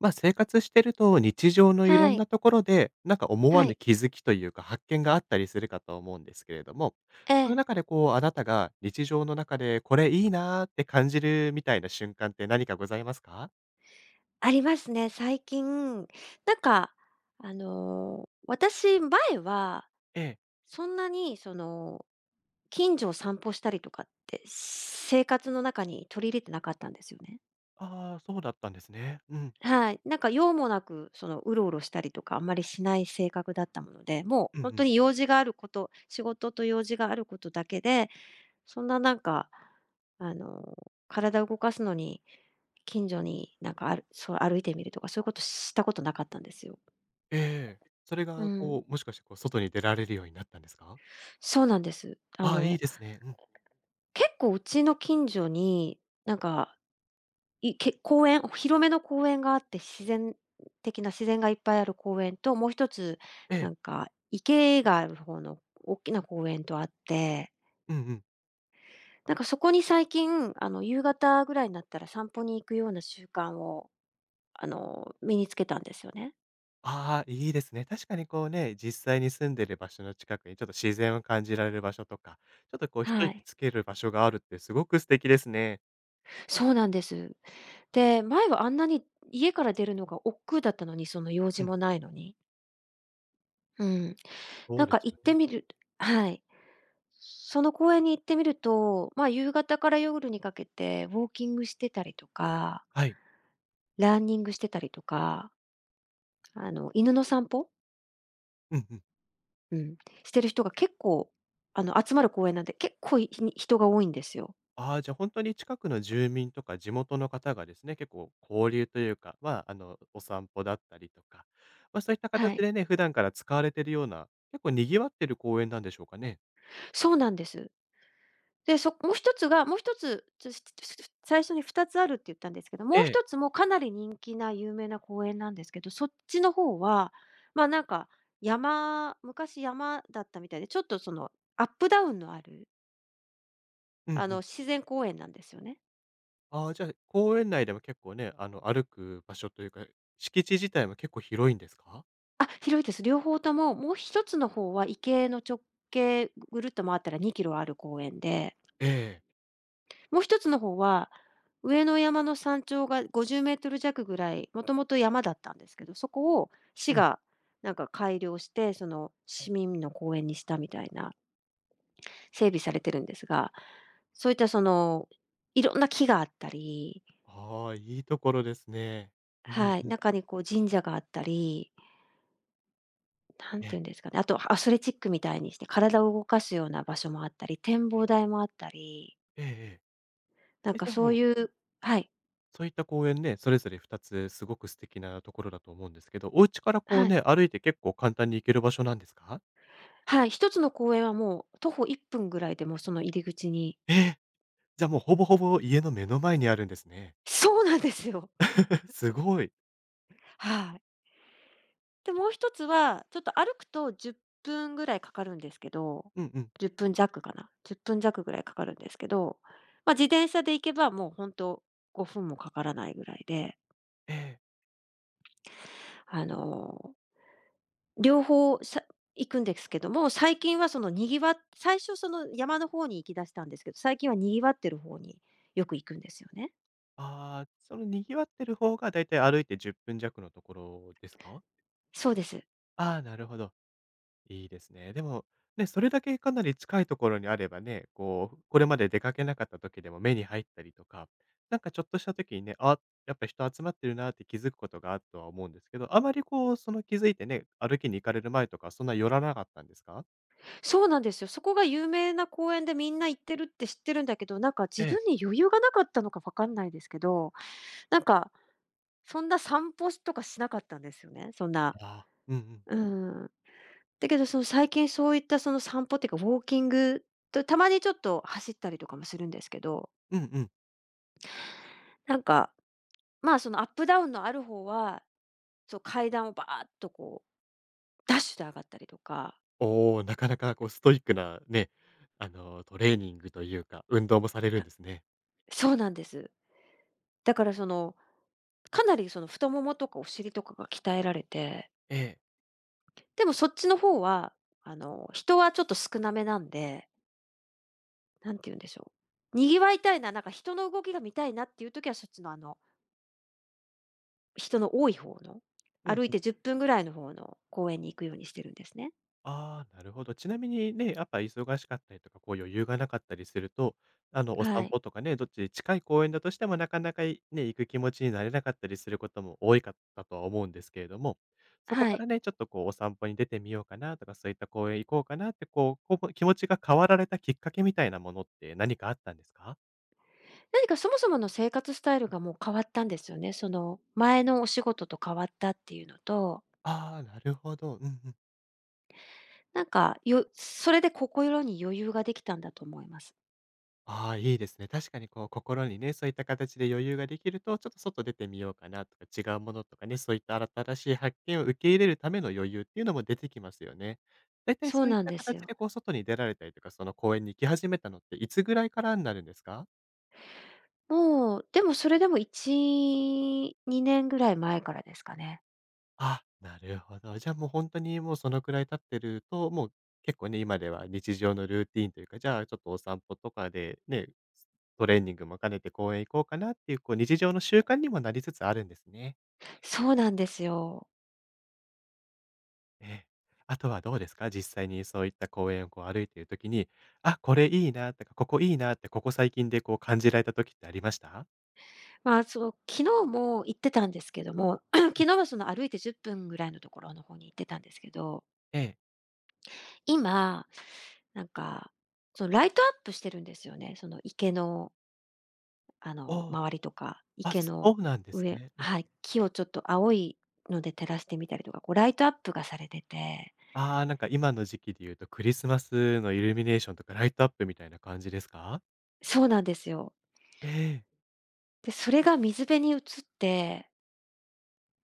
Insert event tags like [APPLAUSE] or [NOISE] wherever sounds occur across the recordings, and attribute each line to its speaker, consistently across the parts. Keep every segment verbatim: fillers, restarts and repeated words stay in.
Speaker 1: まあ、生活してると、日常のい
Speaker 2: は
Speaker 1: ろん
Speaker 2: い、
Speaker 1: なところで、なんか思
Speaker 2: は
Speaker 1: わぬ
Speaker 2: い。
Speaker 1: 気づきというか、発見があったりするかと思うんですけれども、
Speaker 2: え
Speaker 1: その
Speaker 2: え、
Speaker 1: 中でこう、あなたが日常の中でこれいいなーって感じるみたいな瞬間って何かございますか？
Speaker 2: ありますね、最近。なんか、あの、私、前は、
Speaker 1: ええ。
Speaker 2: そんなに、その、近所を散歩したりとかって、生活の中に取り入れてなかったんですよね。
Speaker 1: ああ、そうだったんですね。うん。
Speaker 2: はい。なんか用もなく、その、うろうろしたりとか、あんまりしない性格だったもので、もう
Speaker 1: うんう
Speaker 2: 本当
Speaker 1: ん。
Speaker 2: に用事があること、仕事と用事があることだけで、そんななんか、あの、体を動かすのに、近所になんかあるそう歩いてみるとか、そういうことしたことなかったんですよ。
Speaker 1: えええ。それ
Speaker 2: う
Speaker 1: が
Speaker 2: ん。
Speaker 1: こう、もしかしてこう、外に出られるようになったんですか？
Speaker 2: そうなんです。あ
Speaker 1: ああ、いい
Speaker 2: の、
Speaker 1: ですね。うん。
Speaker 2: 結構うちの近所に、なんか、いけ公園広めの公園があって、自然的な自然がいっぱいある公園と、もう一つ、
Speaker 1: え
Speaker 2: な
Speaker 1: え。
Speaker 2: んか池がある方の大きな公園とあって、
Speaker 1: うんうん。
Speaker 2: なんかそこに最近、あの、夕方ぐらいになったら散歩に行くような習慣をあの、身につけたんですよね。
Speaker 1: ああ、いいですね。確かにこうね、実際に住んでる場所の近くにちょっと自然を感じられる場所とか、ちょっとこう一
Speaker 2: は
Speaker 1: 息
Speaker 2: い。
Speaker 1: つける場所があるってすごく素敵ですね。
Speaker 2: そうなんです。で、前はあんなに家から出るのが億劫だったのに、その用事
Speaker 1: うん、
Speaker 2: もないのに。うん。
Speaker 1: そ
Speaker 2: な
Speaker 1: う
Speaker 2: ん
Speaker 1: で
Speaker 2: か
Speaker 1: す
Speaker 2: 行
Speaker 1: よ
Speaker 2: って
Speaker 1: ね。
Speaker 2: みるはい。その公園に行ってみると、まあ、夕方から夜にかけてウォーキングしてたりとか
Speaker 1: はい。
Speaker 2: ランニングしてたりとか、あの、犬の散歩、
Speaker 1: うんうん。
Speaker 2: うん、してる人が結構、あの、集まる公園なんで、結構い人が多いんですよ。
Speaker 1: ああ、じゃあ本当に近くの住民とか地元の方がですね、結構交流というか、まあ、あの、お散歩だったりとか、ま、そういった
Speaker 2: は
Speaker 1: 形
Speaker 2: い。
Speaker 1: でね、普段から使われてるような、結構賑わってる公園なんでしょうかね？
Speaker 2: そうなんです。で、そもう一つが、もう一つ、つつつつ最初にふたつあるって言ったんですけど、
Speaker 1: え
Speaker 2: もう
Speaker 1: え。
Speaker 2: 一つもかなり人気な有名な公園なんですけど、そっちの方は、ま、なんか、山昔山だったみたいで、ちょっとそのアップダウンのある、
Speaker 1: う
Speaker 2: あ
Speaker 1: んう
Speaker 2: の、
Speaker 1: ん。
Speaker 2: 自然公園なんですよね。
Speaker 1: ああ、じゃあ、公園内でも結構ね、あの、歩く場所というか、敷地自体も結構広いんですか？
Speaker 2: あ、広いです。両方とも、もう一つの方は池の直径ぐるっと回ったらにキロある公園で、
Speaker 1: ええ。
Speaker 2: もう一つの方は、上の山の山頂がごじゅうメートル弱ぐらい、もともと山だったんですけど、そこを市
Speaker 1: うん。
Speaker 2: がなんか改良して、その市民の公園にしたみたいな、整備されてるんですが、そういったその、いろんな木があったり、
Speaker 1: ああ、いいところですね。うん
Speaker 2: はい、
Speaker 1: うん。
Speaker 2: 中にこう神社があったり、なん
Speaker 1: え
Speaker 2: ていうん
Speaker 1: え。
Speaker 2: ですかね、あとアスレチックみたいにして体を動かすような場所もあったり、展望台もあったり、
Speaker 1: ええええ。
Speaker 2: なん
Speaker 1: え、
Speaker 2: か
Speaker 1: じゃあ
Speaker 2: そう
Speaker 1: もう、
Speaker 2: いうはい、
Speaker 1: そういった公園ね、それぞれふたつすごく素敵なところだと思うんですけど、お家からこ
Speaker 2: は
Speaker 1: う
Speaker 2: い。
Speaker 1: ね、歩いて結構簡単に行ける場所なんですか？
Speaker 2: はい、一つの公園はもう徒歩いっぷんぐらいでもうその入り口に。
Speaker 1: ええ、じゃあもうほぼほぼ家の目の前にあるんですね。
Speaker 2: [LAUGHS] そうなんですよ。
Speaker 1: [LAUGHS] すごい。
Speaker 2: はい。で、もう一つは、ちょっと歩くとじゅっぷんぐらいかかるんですけど、
Speaker 1: うんうん。
Speaker 2: じゅっぷん弱かな、じゅっぷん弱ぐらいかかるんですけど、まあ、自転車で行けばもう本当とごふんもかからないぐらいで、
Speaker 1: ええ。
Speaker 2: あの、両方さ行くんですけども、最近はそのにぎわっ最初その山の方に行き出したんですけど、最近はにぎわってる方によく行くんですよね。
Speaker 1: ああ、その賑わってる方がだいたい歩いてじゅっぷん弱のところですか？
Speaker 2: そうです。
Speaker 1: ああ、なるほど。いいですね。でも、ね、それだけかなり近いところにあればね、こう、これまで出かけなかった時でも目に入ったりとか、なんかちょっとした時にね、あ、やっぱ人集まってるなって気づくことがあるとは思うんですけど、あまりこう、その気づいてね、歩きに行かれる前とか、そんな寄らなかったんですか
Speaker 2: そうなんですよ。そこが有名な公園でみんな行ってるって知ってるんだけど、なんか
Speaker 1: え
Speaker 2: 自分
Speaker 1: え。
Speaker 2: に余裕がなかったのかわかんないですけど、なんか、そんな散歩とかしなかったんですよね、そんな。
Speaker 1: ああ、うんうん。
Speaker 2: うん。だけど、その最近そういったその散歩っていうか、ウォーキングと、たまにちょっと走ったりとかもするんですけど、
Speaker 1: うんうん。
Speaker 2: なんか、まあ、そのアップダウンのある方は、そう、階段をバーッとこう、ダッシュで上がったりとか。
Speaker 1: おお、なかなかこう、ストイックなね、あの、トレーニングというか、運動もされるん
Speaker 2: あ、
Speaker 1: ですね。
Speaker 2: そうなんです。だからその、かなりその太ももとかお尻とかが鍛えられて。
Speaker 1: ええ。
Speaker 2: でもそっちの方は、あの、人はちょっと少なめなんで、何て言うんでしょう。賑わいたいな、なんか人の動きが見たいなっていう時は、そっちのあの、人の多い方の、
Speaker 1: うん
Speaker 2: 歩い
Speaker 1: うん
Speaker 2: てじゅっぷんぐらいの方の公園に行くようにしてるんですね。
Speaker 1: ああ、なるほど。ちなみにね、やっぱ忙しかったりとか、こう余裕がなかったりすると、あの、お
Speaker 2: は
Speaker 1: 散
Speaker 2: い。
Speaker 1: 歩とかね、どっち近い公園だとしてもなかなかいね、行く気持ちになれなかったりすることも多いかったとは思うんですけれども、そこ
Speaker 2: は
Speaker 1: か
Speaker 2: い。
Speaker 1: らね、ちょっとこうお散歩に出てみようかなとか、そういった公園行こうかなって、こう、こう気持ちが変わられたきっかけみたいなものって何かあったんですか？
Speaker 2: 何かそもそもの生活スタイルがもう変わったんですよね。その、前のお仕事と変わったっていうのと、
Speaker 1: ああー、なるほど。うんうん。
Speaker 2: なんか、よそれで心に余裕ができたんだと思います。
Speaker 1: ああ、いいですね。確かにこう心にね、そういった形で余裕ができると、ちょっと外出てみようかなとか、違うものとかね、そういった新しい発見を受け入れるための余裕っていうのも出てきますよね。だいたい
Speaker 2: そう
Speaker 1: そういっ
Speaker 2: なん
Speaker 1: た
Speaker 2: です
Speaker 1: 形
Speaker 2: よ。
Speaker 1: でこう外に出られたりとか、その公園に行き始めたのっていつぐらいからになるんですか？
Speaker 2: もう、でもそれでもいち、にねんぐらい前からですかね。
Speaker 1: あ、なるほど。じゃあもう本当にもうそのくらい経ってると、もう結構ね、今では日常のルーティーンというか、じゃあちょっとお散歩とかでね、トレーニングも兼ねて公園行こうかなっていう、こう日常の習慣にもなりつつあるんですね。
Speaker 2: そうなんですよ。
Speaker 1: ええ。あとはどうですか？実際にそういった公園をこう歩いている時に、あ、これいいなとか、ここいいなって、ここ最近でこう感じられた時ってありました？
Speaker 2: まあ、そう、昨日も行ってたんですけども、[CLEARS THROAT] 昨日はその歩いてじっぷんぐらいのところの方に行ってたんですけど、
Speaker 1: ええ。
Speaker 2: 今、なんか、そのライトアップしてるんですよね。その池の、あ
Speaker 1: お
Speaker 2: の、
Speaker 1: お、
Speaker 2: 周りとか、
Speaker 1: あ、
Speaker 2: 池
Speaker 1: そ
Speaker 2: の
Speaker 1: うなんです
Speaker 2: 上
Speaker 1: ね。うん。
Speaker 2: はい、木をちょっと青いので照らしてみたりとか、こうライトアップがされてて。
Speaker 1: ああ、なんか今の時期で言うとクリスマスのイルミネーションとかライトアップみたいな感じですか？
Speaker 2: そうなんですよ。
Speaker 1: ええ。
Speaker 2: で、それが水辺に映って、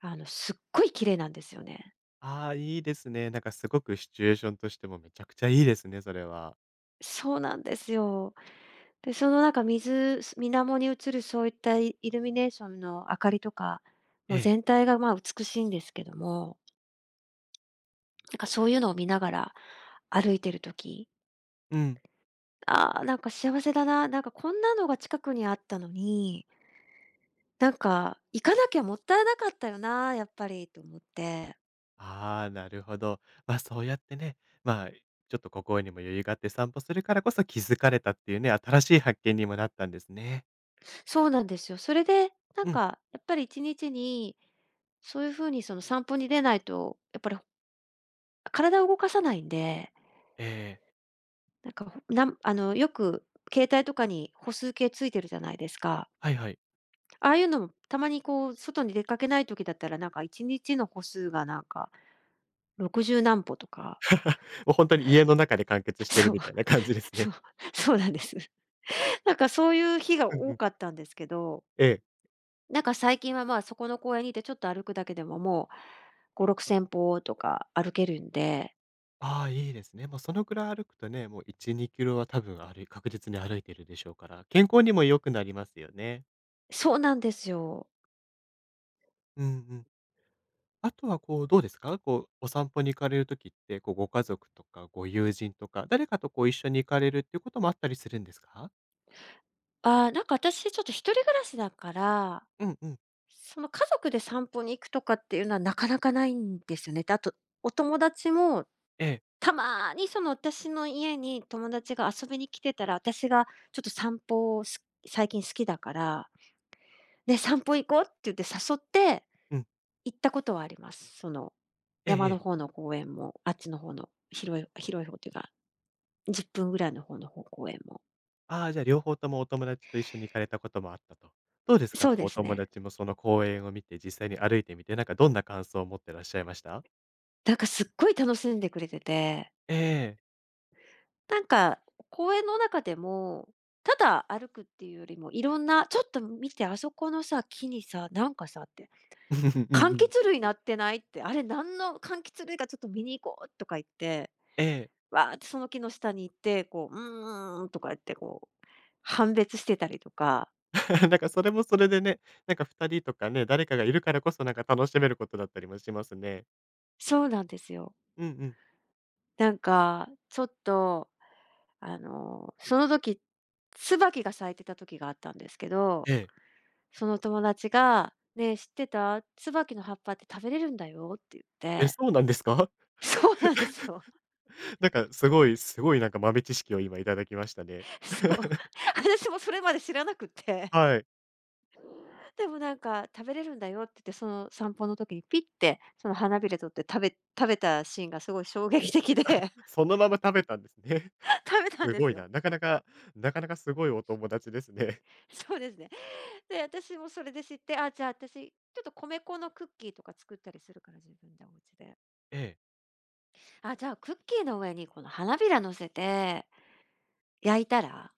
Speaker 2: あの、すっごい綺麗なんですよね。
Speaker 1: ああ、いいですね。なんかすごくシチュエーションとしてもめちゃくちゃいいですね、それは。
Speaker 2: そうなんですよ。で、そのなんか水す水面に映るそういったイイルミネーションの明かりとか、
Speaker 1: え
Speaker 2: もう
Speaker 1: え。
Speaker 2: 全体が、ま、美しいんですけども、なんかそういうのを見ながら歩いてる時、
Speaker 1: うん
Speaker 2: ああ、なんか幸せだな、なんかこんなのが近くにあったのに、なんか行かなきゃもったいなかったよな、やっぱりと思って。
Speaker 1: ああ、なるほど。ま、あそうやってね、まあ、ちょっと心にも余裕があって散歩するからこそ気づかれたっていうね、新しい発見にもなったんですね。
Speaker 2: そうなんですよ。それで、なん
Speaker 1: うん。
Speaker 2: かやっぱりいちにちに、そういう風にその散歩に出ないと、やっぱり体を動かさないんで、
Speaker 1: ええ、
Speaker 2: なんか、ほなんあの、よく携帯とかに歩数計ついてるじゃないですか。
Speaker 1: はいはい。
Speaker 2: ああいうのもたまにこう外に出かけない時だったら、なんかいちにちの歩数がなんかろくじゅう何歩とか。
Speaker 1: もう本当に家の中で完結してる
Speaker 2: そう、
Speaker 1: みたいな感じです
Speaker 2: そう、
Speaker 1: ね。
Speaker 2: そうなんです。なんかそういう日が
Speaker 1: うんう
Speaker 2: 多
Speaker 1: ん。
Speaker 2: かったんですけど、
Speaker 1: ええ。
Speaker 2: なんか最近は、まあ、そこの公園にいてちょっと歩くだけでももうご、ろくせん歩とか歩けるんで。
Speaker 1: ああ、いいですね。もうそのくらい歩くとね、もういち、にキロは多分歩い確実に歩いてるでしょうから、健康にも良くなりますよね。
Speaker 2: そうなんですよ。
Speaker 1: うんうん。あとはこう、どうですか？こう、お散歩に行かれるときって、こう、ご家族とかご友人とか、誰かとこう一緒に行かれるっていうこともあったりするんですか？
Speaker 2: ああ、なんか私ちょっと一人暮らしだから、
Speaker 1: うんうん。
Speaker 2: その、家族で散歩に行くとかっていうのはなかなかないんですよね。で、あと、お友達も
Speaker 1: ええ、
Speaker 2: たまにその私の家に友達が遊びに来てたら、私がちょっと散歩をす最近好きだから、ね、散歩行こうって言って誘って
Speaker 1: うん。
Speaker 2: 行ったことはあります。その、
Speaker 1: ええ
Speaker 2: 山
Speaker 1: え
Speaker 2: の
Speaker 1: え。
Speaker 2: 方の公園も、あっちの方の広い広い方っていうか、じゅっぷんぐらいの方の方公園も。
Speaker 1: ああ、じゃあ両方ともお友達と一緒に行かれたこともあったと。どうですか？
Speaker 2: そう
Speaker 1: こう、
Speaker 2: で
Speaker 1: お
Speaker 2: す
Speaker 1: 友
Speaker 2: ね。
Speaker 1: 達もその公園を見て、実際に歩いてみて、なんかどんな感想を持ってらっしゃいました？
Speaker 2: なんかすっごい楽しんでくれてて。
Speaker 1: ええ。
Speaker 2: なんか、公園の中でも、ただ歩くっていうよりも、いろんな「ちょっと見て、あそこのさ、木にさ、なんかさ」って、
Speaker 1: [LAUGHS] うんう
Speaker 2: 「柑
Speaker 1: んう
Speaker 2: 橘
Speaker 1: ん。
Speaker 2: 類なってない？」って、「あれ、なんの柑橘類かちょっと見に行こう」とか言って、
Speaker 1: ええ。
Speaker 2: わーってその木の下に行って、こう、「うんん」とか言って、こう、判別してたりとか。
Speaker 1: [LAUGHS] なんかそれもそれでね、なんか二人とかね、誰かがいるからこそ、なんか楽しめることだったりもしますね。
Speaker 2: そうなんですよ。
Speaker 1: うんうん。
Speaker 2: なんか、ちょっと、あの、その時、椿が咲いてた時があったんですけど、
Speaker 1: ええ。
Speaker 2: その友達が、「ねえ、知ってた？椿の葉っぱって食べれるんだよ」って言っ
Speaker 1: え、
Speaker 2: て。
Speaker 1: そうなんですか？
Speaker 2: [LAUGHS] そうなんですよ。
Speaker 1: なんかすごいすごいなんか豆知識を今いただきましたね。
Speaker 2: そう。
Speaker 1: [LAUGHS]
Speaker 2: 私もそれまで知らなくて。
Speaker 1: はい。
Speaker 2: [LAUGHS] でもなんか食べれるんだよって言って、その散歩の時にピッて、その花びら取って食べ食べたシーンがすごい衝撃的で、[LAUGHS]
Speaker 1: そのまま食べたんですね。[LAUGHS]
Speaker 2: 食べたん
Speaker 1: す
Speaker 2: で
Speaker 1: ご
Speaker 2: す
Speaker 1: い
Speaker 2: よ。
Speaker 1: な。なかなかなかなかすごいお友達ですね。
Speaker 2: そうですね。で、私もそれで知って、あ、じゃあ私、ちょっと米粉のクッキーとか作ったりするから、自分でお家で。
Speaker 1: ええ。
Speaker 2: あ、じゃあクッキーの上にこの花びら乗せて焼いたら、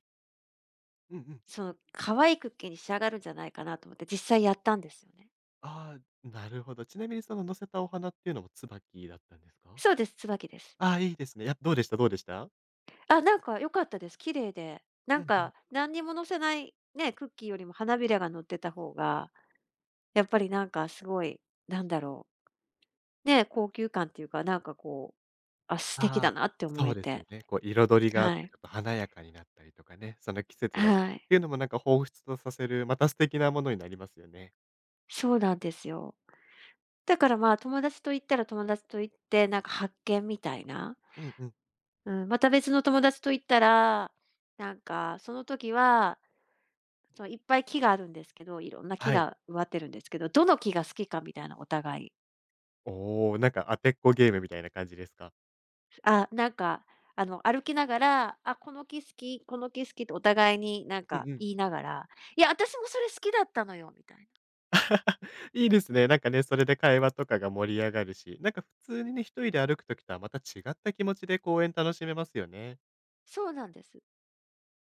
Speaker 1: うんうん。
Speaker 2: その、可愛いクッキーに仕上がるんじゃないかなと思って実際やったんですよね。
Speaker 1: ああ、なるほど。ちなみにその乗せたお花っていうのも椿だったんですか？
Speaker 2: そうです、椿です。
Speaker 1: ああー、いいですね。やっぱどうでしたどうでした？
Speaker 2: あ、なんか良かったです。綺麗で。な
Speaker 1: う
Speaker 2: ん
Speaker 1: んうん。
Speaker 2: か、何にも乗せない、ね、クッキーよりも花びらが乗ってた方が、やっぱりなんかすごい、なんだろう、ね、高級感っていうか、なんかこう、あ、素敵だ
Speaker 1: ああ、
Speaker 2: なって思
Speaker 1: そう
Speaker 2: え
Speaker 1: ですよ
Speaker 2: て。
Speaker 1: ね。こう彩りがあっ
Speaker 2: は
Speaker 1: て
Speaker 2: い。
Speaker 1: ちょっと華やかになったりとかね、その季節だった
Speaker 2: は
Speaker 1: りっ
Speaker 2: い。
Speaker 1: ていうのもなんか彷彿とさせる、また素敵なものになりますよね。
Speaker 2: そうなんですよ。だからまあ、友達と行ったら友達と行って、なんか発見みたいな。
Speaker 1: うんうん。
Speaker 2: うん、また別の友達と行ったら、なんかその時はそう、いっぱい木があるんですけど、いろんな木
Speaker 1: はい。
Speaker 2: が植わってるんですけど、どの木が好きかみたいなお互い。
Speaker 1: おお、なんか当てっこゲームみたいな感じですか？
Speaker 2: あ、なんか、あの、歩きながら、あ、この木好き、この木好きってお互いになん
Speaker 1: う
Speaker 2: か
Speaker 1: んうん。
Speaker 2: 言いながら、いや、私もそれ好きだったのよみたいな。
Speaker 1: いいですね。なんかね、それで会話とかが盛り上がるし、なんか普通にね、一人で歩くときとはまた違った気持ちで公園楽しめますよね。
Speaker 2: そうなんです。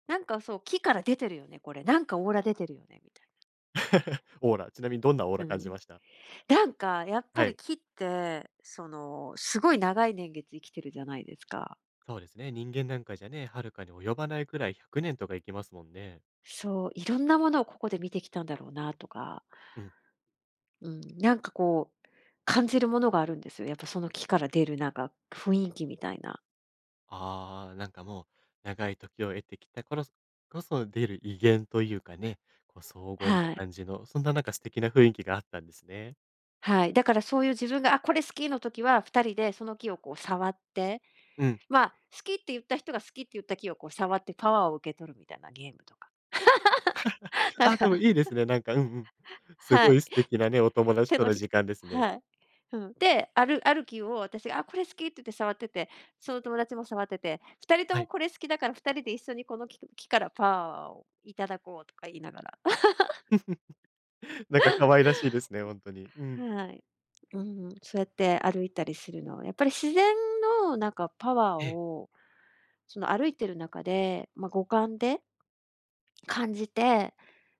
Speaker 2: なんかそう、木から出てるよね、これ。なんかオーラ出てるよねみたい
Speaker 1: オーラ、ちなみにどんなオー
Speaker 2: な。
Speaker 1: ラ
Speaker 2: う
Speaker 1: 感じ
Speaker 2: ん。
Speaker 1: ました？
Speaker 2: なんかやっぱ
Speaker 1: は
Speaker 2: り
Speaker 1: い。
Speaker 2: 木って、その、すごい長い年月生きてるじゃないですか。
Speaker 1: そうですね、人間なんかじゃね、遥かに及ばないくらいひゃくねんとかいきますもんね。
Speaker 2: そう、いろんなものをここで見てきたんだろうなとか。
Speaker 1: うん。
Speaker 2: うん、なんかこう、感じるものがあるんですよ。やっぱその木から出るなんか雰囲気みたいな。
Speaker 1: ああ、なんかもう長い時を得てきたころこそ出る威厳というかね、こう荘厳な
Speaker 2: はい。
Speaker 1: 感じの、そんななんか素敵な雰囲気があったんですね。
Speaker 2: はい。だからそういう自分が、あ、これ好きの時はふたりでその木をこう触って、
Speaker 1: うん。
Speaker 2: まあ、好きって言った人が好きって言った木をこう触ってパワーを受け取るみたいなゲームとか。[LAUGHS] なん
Speaker 1: あ、でもい
Speaker 2: か、
Speaker 1: いですね、なんか、うんうん。す
Speaker 2: は
Speaker 1: ごい
Speaker 2: い。
Speaker 1: 素敵なね、お友達
Speaker 2: 手
Speaker 1: と
Speaker 2: の
Speaker 1: の
Speaker 2: ひ
Speaker 1: 時間ですね。
Speaker 2: はい。うん。で、あるある木を私が、あ、これ好きって言って触ってて、その友達も触ってて、ふたりと
Speaker 1: は
Speaker 2: も
Speaker 1: い。
Speaker 2: これ好きだからふたりで一緒にこの木木からパワーをいただこうとか言いながら。
Speaker 1: [LAUGHS] なんか可愛らしいですね、本当に。うん。
Speaker 2: はい。うん、そうやって歩いたりするのは、やっぱり自然のなんかパワー
Speaker 1: ええ、
Speaker 2: を、その歩いてる中で、まあ、五感で感じて、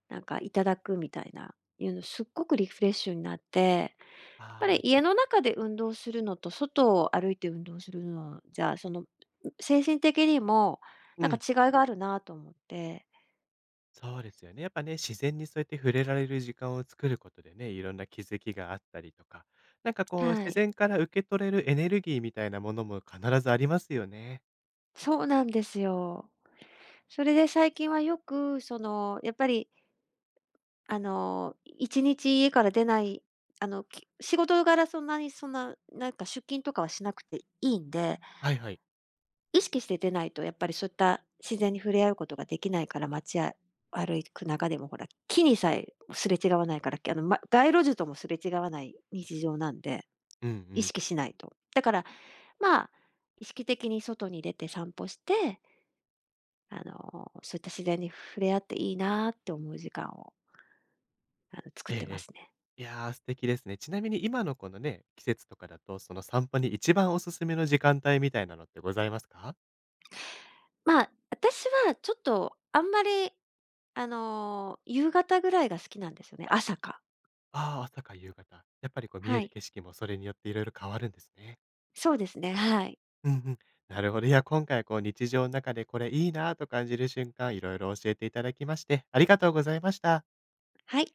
Speaker 2: なんかいただくみたいな、いうのすっごくリフレッシュになって、やっぱり
Speaker 1: あ
Speaker 2: 家
Speaker 1: あ、
Speaker 2: の
Speaker 1: た
Speaker 2: 中で運動するのと外を歩いて運動するのじゃ、その、精神的にも
Speaker 1: う
Speaker 2: なんか
Speaker 1: ん、
Speaker 2: 違いがあるなと思って。
Speaker 1: そうですよね。やっぱね、自然にそうやって触れられる時間を作ることでね、いろんな気づきがあったりとか、なんかこう
Speaker 2: は
Speaker 1: 自
Speaker 2: い。
Speaker 1: 然から受け取れるエネルギーみたいなものも必ずありますよね。
Speaker 2: そうなんですよ。それで最近はよくその、やっぱりあの、一日家から出ない、あの、き仕事柄そんなにそんな、なんか出勤とかはしなくていいんで、
Speaker 1: はいはい。
Speaker 2: 意識して出ないとやっぱりそういった自然に触れ合うことができないから、街や歩く中でもほら、木にさえすれ違わないから、あの、ま、街路樹ともすれ違わない日常なんで、
Speaker 1: うんう
Speaker 2: 意
Speaker 1: ん。
Speaker 2: 識しないと。だから、まあ、意識的に外に出て散歩して、あの、そういった自然に触れ合っていいなって思う時間を、あの、作っ
Speaker 1: ええ
Speaker 2: て
Speaker 1: え
Speaker 2: ま
Speaker 1: え。
Speaker 2: すね。
Speaker 1: いやー、素敵ですね。ちなみに今のこのね、季節とかだと、その散歩に一番おすすめの時間帯みたいなのってございますか？
Speaker 2: まあ、私はちょっとあんまり、あの、夕方ぐらいが好きなんですよね。朝か。
Speaker 1: ああ、朝か夕方。やっぱりこう見
Speaker 2: は
Speaker 1: える
Speaker 2: い。
Speaker 1: 景色もそれによっていろいろ変わるんですね。
Speaker 2: そうですね、はい。
Speaker 1: うんうん。なるほど。いや、今回こう日常の中でこれいいなぁと感じる瞬間、いろいろ教えていただきまして、ありがとうございました。
Speaker 2: はい。